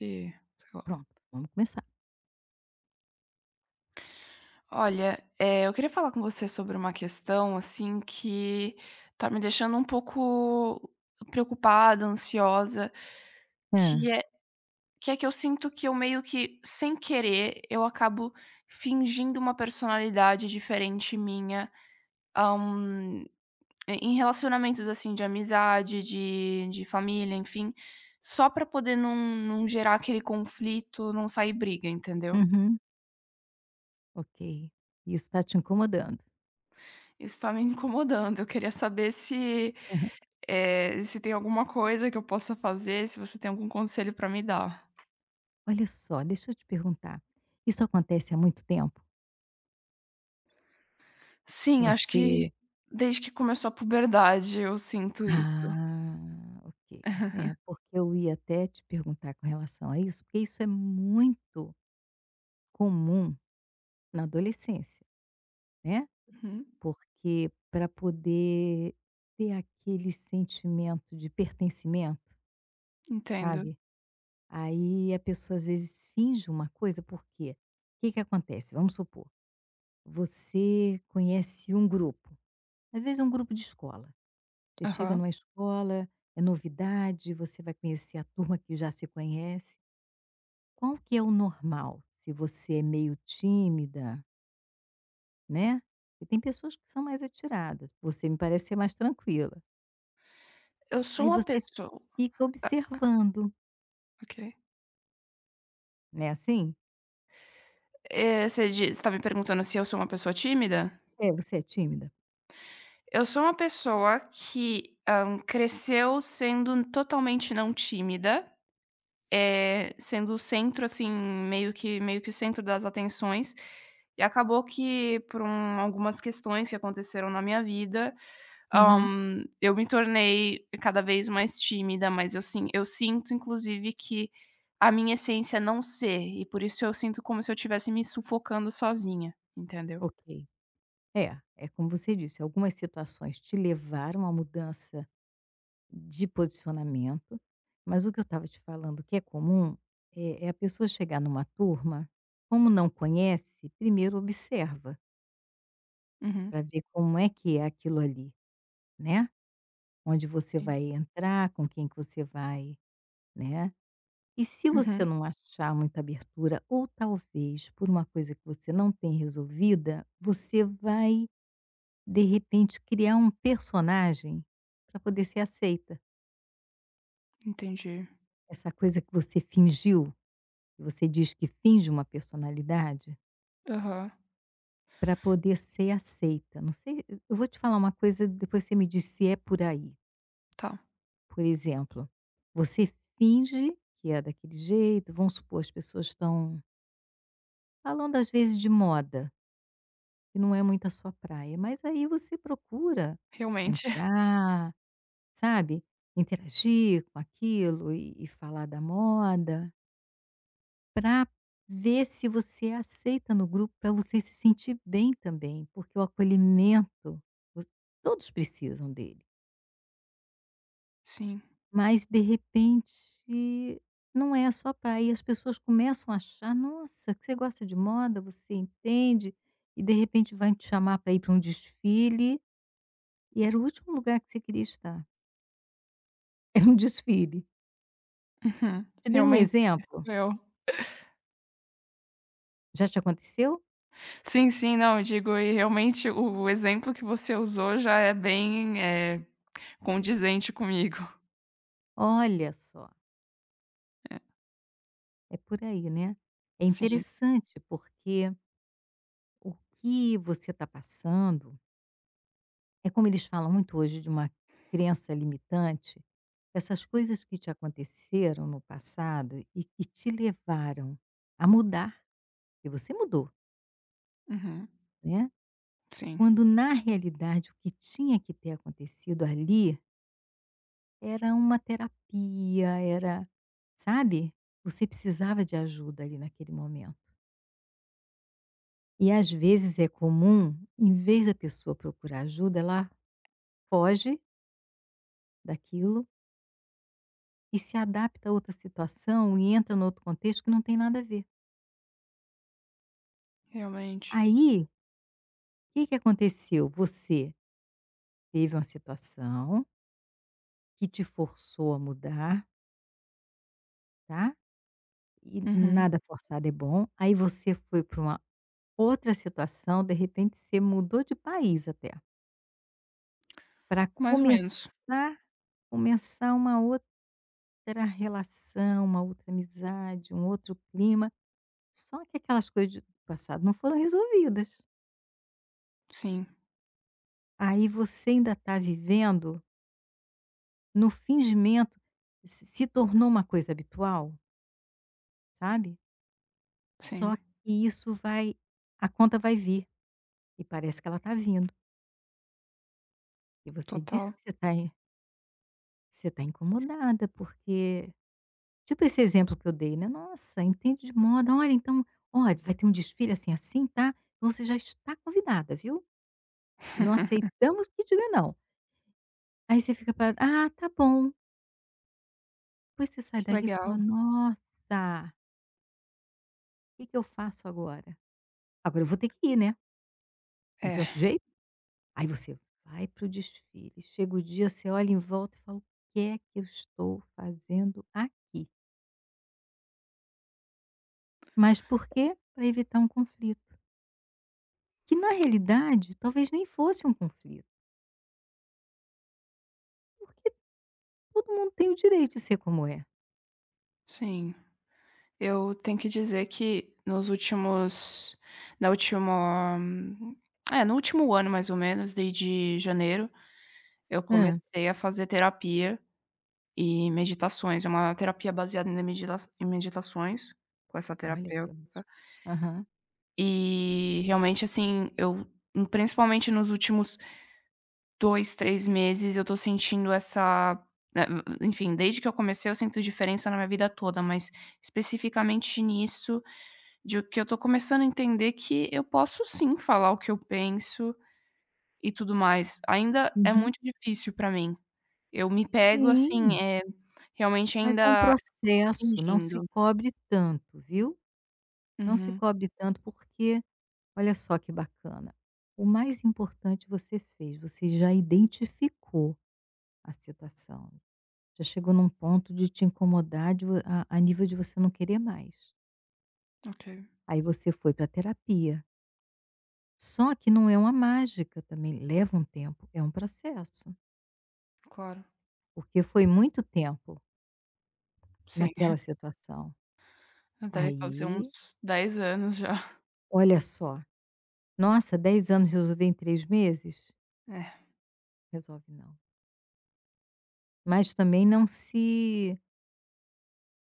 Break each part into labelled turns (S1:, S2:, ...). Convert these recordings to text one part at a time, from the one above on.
S1: De sei lá.
S2: Pronto, vamos começar.
S1: Olha, eu queria falar com você sobre uma questão, assim, que tá me deixando um pouco preocupada, ansiosa, que
S2: Ah,
S1: é que é que eu sinto que eu meio que, sem querer, eu acabo fingindo uma personalidade diferente minha, hã, em relacionamentos, assim, de amizade, de família, enfim, só pra poder não gerar aquele conflito, não sair briga, entendeu?
S2: uhum. Ok, isso está te incomodando.
S1: Isso tá me incomodando. Eu queria saber se,
S2: Aham.
S1: se tem alguma coisa que eu possa fazer, se você tem algum conselho pra me dar.
S2: Olha só, deixa eu te perguntar, isso acontece há muito tempo?
S1: Sim, acho que
S2: Você
S1: desde que começou a puberdade eu sinto isso.
S2: ah, ok. É, porque eu ia até te perguntar com relação a isso, porque isso é muito comum na adolescência, né,
S1: Uhum,
S2: porque para poder ter aquele sentimento de pertencimento,
S1: entendo.
S2: sabe? Aí a pessoa às vezes finge uma coisa, por quê? O que que acontece? Vamos supor, você conhece um grupo, às vezes é um grupo de escola. Você chega
S1: Aham.
S2: numa escola, é novidade, você vai conhecer a turma que já se conhece. Qual que é o normal? Se você é meio tímida, né? E tem pessoas que são mais atiradas, você me parece ser mais tranquila.
S1: Eu sou
S2: Aí
S1: uma
S2: você
S1: pessoa
S2: fica observando,
S1: ok.
S2: né? Assim?
S1: Eh, você diz tá me perguntando se eu sou uma pessoa tímida?
S2: É, você é tímida?
S1: Eu sou uma pessoa que, cresceu sendo totalmente não tímida. Sendo o centro, assim, meio que o centro das atenções, e acabou que por algumas questões que aconteceram na minha vida,
S2: Uhum,
S1: eu me tornei cada vez mais tímida, mas eu sinto inclusive que a minha essência é não ser, e por isso eu sinto como se eu estivesse me sufocando sozinha, entendeu?
S2: ok. É, é como você disse, algumas situações te levaram à mudança de posicionamento, mas o que eu estava te falando que é comum é, é a pessoa chegar numa turma, como não conhece, primeiro observa
S1: Uhum,
S2: para ver como é que é aquilo ali, né? Onde você
S1: sim.
S2: vai entrar, com quem que você vai, né? E se
S1: Uhum,
S2: você não achar muita abertura, ou talvez por uma coisa que você não tem resolvida, você vai de repente criar um personagem para poder ser aceita.
S1: entendi.
S2: Essa coisa que você fingiu, que você diz que finge uma personalidade,
S1: Aham,
S2: para poder ser aceita. Não sei, eu vou te falar uma coisa, depois você me diz se é por aí.
S1: tá,
S2: Por exemplo, você finge que é daquele jeito, vamos supor, as pessoas estão falando, às vezes, de moda, que não é muito a sua praia, mas aí você procura
S1: realmente.
S2: entrar, sabe, interagir com aquilo e falar da moda, para ver se você é aceita no grupo, para você se sentir bem também, porque o acolhimento, vo todos precisam dele,
S1: Sim,
S2: mas de repente não é a sua praia e as pessoas começam a achar: "Nossa, que você gosta de moda, você entende", e de repente vai te chamar para ir para um desfile e era o último lugar que você queria estar, era um desfile.
S1: uhum,
S2: Te dei um
S1: realmente
S2: exemplo,
S1: eu.
S2: já te aconteceu?
S1: Sim, sim, não, eu digo, e realmente o exemplo que você usou já é bem, condizente comigo.
S2: Olha só,
S1: É,
S2: é por aí, né. É
S1: sim,
S2: interessante, porque o que você está passando é como eles falam muito hoje de uma crença limitante, essas
S1: sim.
S2: coisas que te aconteceram no passado e que te levaram a mudar, e você mudou,
S1: Uhum.
S2: né,
S1: Sim,
S2: quando na realidade o que tinha que ter acontecido ali era uma terapia, era, sabe, você precisava de ajuda ali naquele momento. E às vezes é comum, em vez da pessoa procurar ajuda, ela foge daquilo e se adapta a outra situação e entra num outro contexto que não tem nada a ver.
S1: realmente.
S2: Aí, o que que aconteceu? Você teve uma situação que te forçou a mudar, tá? E
S1: Uhum.
S2: nada forçado é bom. Aí você foi para uma outra situação, de repente você mudou de país até, para
S1: Mais ou menos.
S2: começar uma outra relação, uma outra amizade, um outro clima. Só que aquelas coisas de do passado não foram resolvidas.
S1: Sim,
S2: Aí você ainda está vivendo no fingimento, se tornou uma coisa habitual, sabe. Só
S1: sim,
S2: que isso vai, a conta vai vir, e parece que ela está vindo. E você disse
S1: total.
S2: que você está incomodada, porque tipo esse exemplo que eu dei, né: "Nossa, entende de moda. Olha, então, olha, vai ter um desfile assim, assim, tá? Então você já está convidada, viu? E não aceitamos que diga não". Aí você fica para, "Ah, tá bom". Depois você sai
S1: Que
S2: dali e fala:
S1: legal.
S2: "Nossa, o que que eu faço agora? Agora eu vou ter que ir, né, não tem outro
S1: É,
S2: jeito". Aí você vai para o desfile, chega o dia, você olha em volta e fala: "O que é que eu estou fazendo aqui?". Mas por quê? Para evitar um conflito, que na realidade talvez nem fosse um conflito, porque todo mundo tem o direito de ser como é.
S1: sim. Eu tenho que dizer que nos últimos na última é, no último ano mais ou menos, desde janeiro, eu
S2: Hã.
S1: comecei a fazer terapia e meditações, é uma terapia baseada em meditações, com essa
S2: Olha que
S1: terapeuta.
S2: ótimo. Aham.
S1: E realmente, assim, eu principalmente nos últimos 2 3 meses eu tô sentindo essa eh, enfim, desde que eu comecei eu sinto diferença na minha vida toda, mas especificamente nisso, de que eu tô começando a entender que eu posso sim falar o que eu penso e tudo mais. Ainda é
S2: Uhum.
S1: muito difícil pra mim. Eu me pego assim,
S2: Sim,
S1: é realmente
S2: mas é um
S1: ainda
S2: processo, não se
S1: fingindo.
S2: cobre tanto, viu. Não se
S1: Uhum.
S2: cobre tanto porque, olha só que bacana. O mais importante você fez, você já identificou a situação. Já chegou num ponto de te incomodar, de vo a nível de você não querer mais.
S1: Ok,
S2: Aí você foi para terapia. Só que não é uma mágica também, leva um tempo, é um processo,
S1: claro.
S2: porque foi muito tempo
S1: Sim,
S2: naquela situação.
S1: deve fazer
S2: Aí,
S1: uns 10 anos já.
S2: olha só, nossa, 10 anos resolver em 3 meses?
S1: É,
S2: Resolve não. Mas também não se,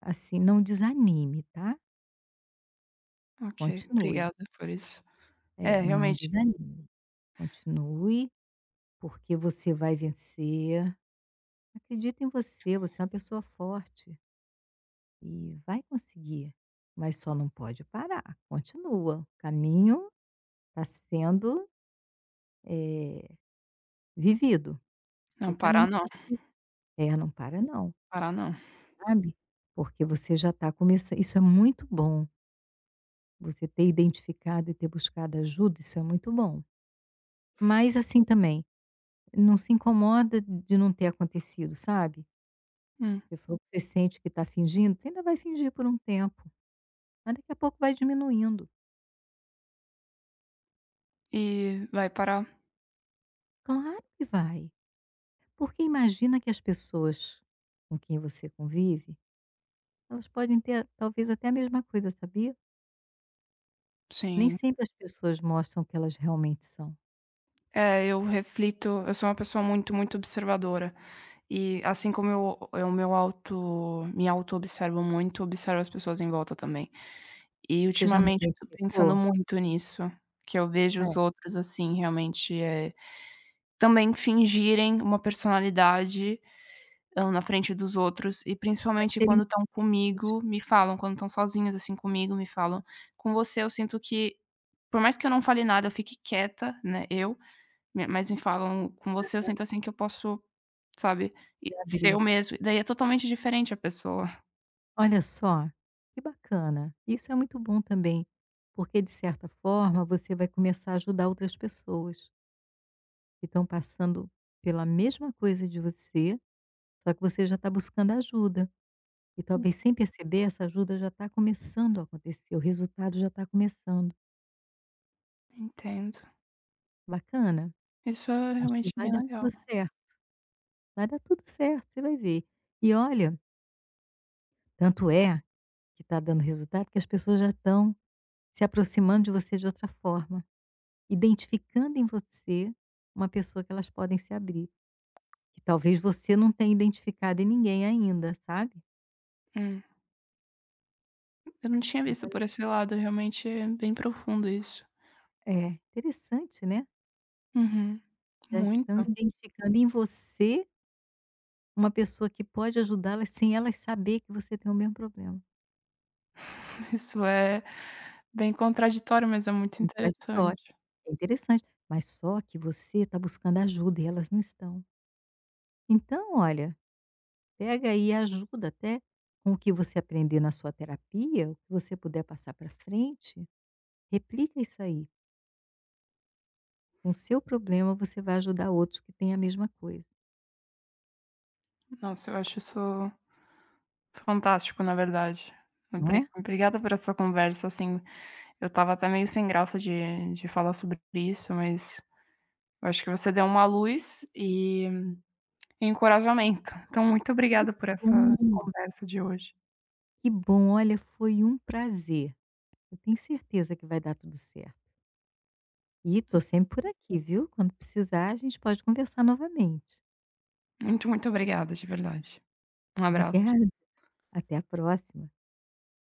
S2: assim, não desanime, tá?
S1: ok,
S2: Continue.
S1: obrigada por isso. É,
S2: É, não
S1: realmente,
S2: desanime. Continue, porque você vai vencer. Acredita em você, você é uma pessoa forte e vai conseguir, mas só não pode parar. Continua. O caminho está sendo, eh, vivido, e
S1: não,
S2: o
S1: parar
S2: caminho
S1: não,
S2: só se, é, não para não,
S1: parar não.
S2: sabe, porque você já está começando. Isso é muito bom, você ter identificado e ter buscado ajuda, isso é muito bom. Mas assim também, não se incomoda de não ter acontecido, sabe.
S1: Hum.
S2: Você falou que você sente que está fingindo, você ainda vai fingir por um tempo, mas daqui a pouco vai diminuindo.
S1: E vai parar,
S2: Claro que vai, porque imagina que as pessoas com quem você convive, elas podem ter talvez até a mesma coisa, sabia. Nem
S1: sim.
S2: sempre as pessoas mostram o que elas realmente são.
S1: É, eu reflito, eu sou uma pessoa muito, muito observadora. E assim como eu, me auto-observo muito, observo as pessoas em volta também. E
S2: Você já não
S1: ultimamente eu tô pensando
S2: identificou?
S1: muito nisso, que eu vejo os
S2: É,
S1: outros assim, realmente é também fingirem uma personalidade, na frente dos outros e
S2: pra
S1: principalmente
S2: serem
S1: quando estão
S2: aceitos,
S1: comigo, me falam, quando estão sozinhos, assim, comigo, me falam: "Com você eu sinto que por mais que eu não fale nada, eu fique quieta, né, eu, me mas me falam: "Com você eu sinto, assim, que eu posso", sabe,
S2: se
S1: e ser
S2: abrir.
S1: eu mesmo", e daí é totalmente diferente a pessoa.
S2: Olha só, que bacana. Isso é muito bom também, porque de certa forma você vai começar a ajudar outras pessoas que estão passando pela mesma coisa de você, só que você já está buscando ajuda. E talvez sem perceber, essa ajuda já está começando a acontecer, o resultado já está começando.
S1: Entendo.
S2: Bacana.
S1: Isso é
S2: Acho que
S1: realmente
S2: vai
S1: bem
S2: dar
S1: legal.
S2: tudo certo. Vai dar tudo certo, você vai ver. E olha, tanto é que está dando resultado que as pessoas já estão se aproximando de você de outra forma. Identificando em você uma pessoa que elas podem se abrir, que talvez você não tenha identificado em ninguém ainda, sabe.
S1: Hum. Eu não tinha
S2: Mas
S1: visto por
S2: olha,
S1: esse lado, realmente é bem profundo isso.
S2: é, interessante, né.
S1: Uhum.
S2: Já estão
S1: Muito.
S2: identificando em você uma pessoa que pode ajudá-las sem elas saber que você tem o mesmo problema.
S1: Isso é bem contraditório, mas é muito
S2: Contraditório.
S1: interessante.
S2: É interessante, mas só que você está buscando ajuda e elas não estão. Então, olha, pega aí ajuda até com o que você aprender na sua terapia, o que você puder passar para frente, replica isso aí. Com o seu problema, você vai ajudar outros que têm a mesma coisa,
S1: Nossa, eu acho isso fantástico, na verdade.
S2: não é?
S1: Obrigada por essa conversa, assim, eu estava até meio sem graça de falar sobre isso, mas eu acho que você deu uma luz e encorajamento. Então muito obrigada por essa
S2: Hum.
S1: conversa de hoje.
S2: Que bom, olha, foi um prazer. Eu tenho certeza que vai dar tudo certo. E tô sempre por aqui, viu? Quando precisar, a gente pode conversar novamente.
S1: Muito, muito obrigada, de verdade. Um abraço.
S2: Obrigada, até a próxima.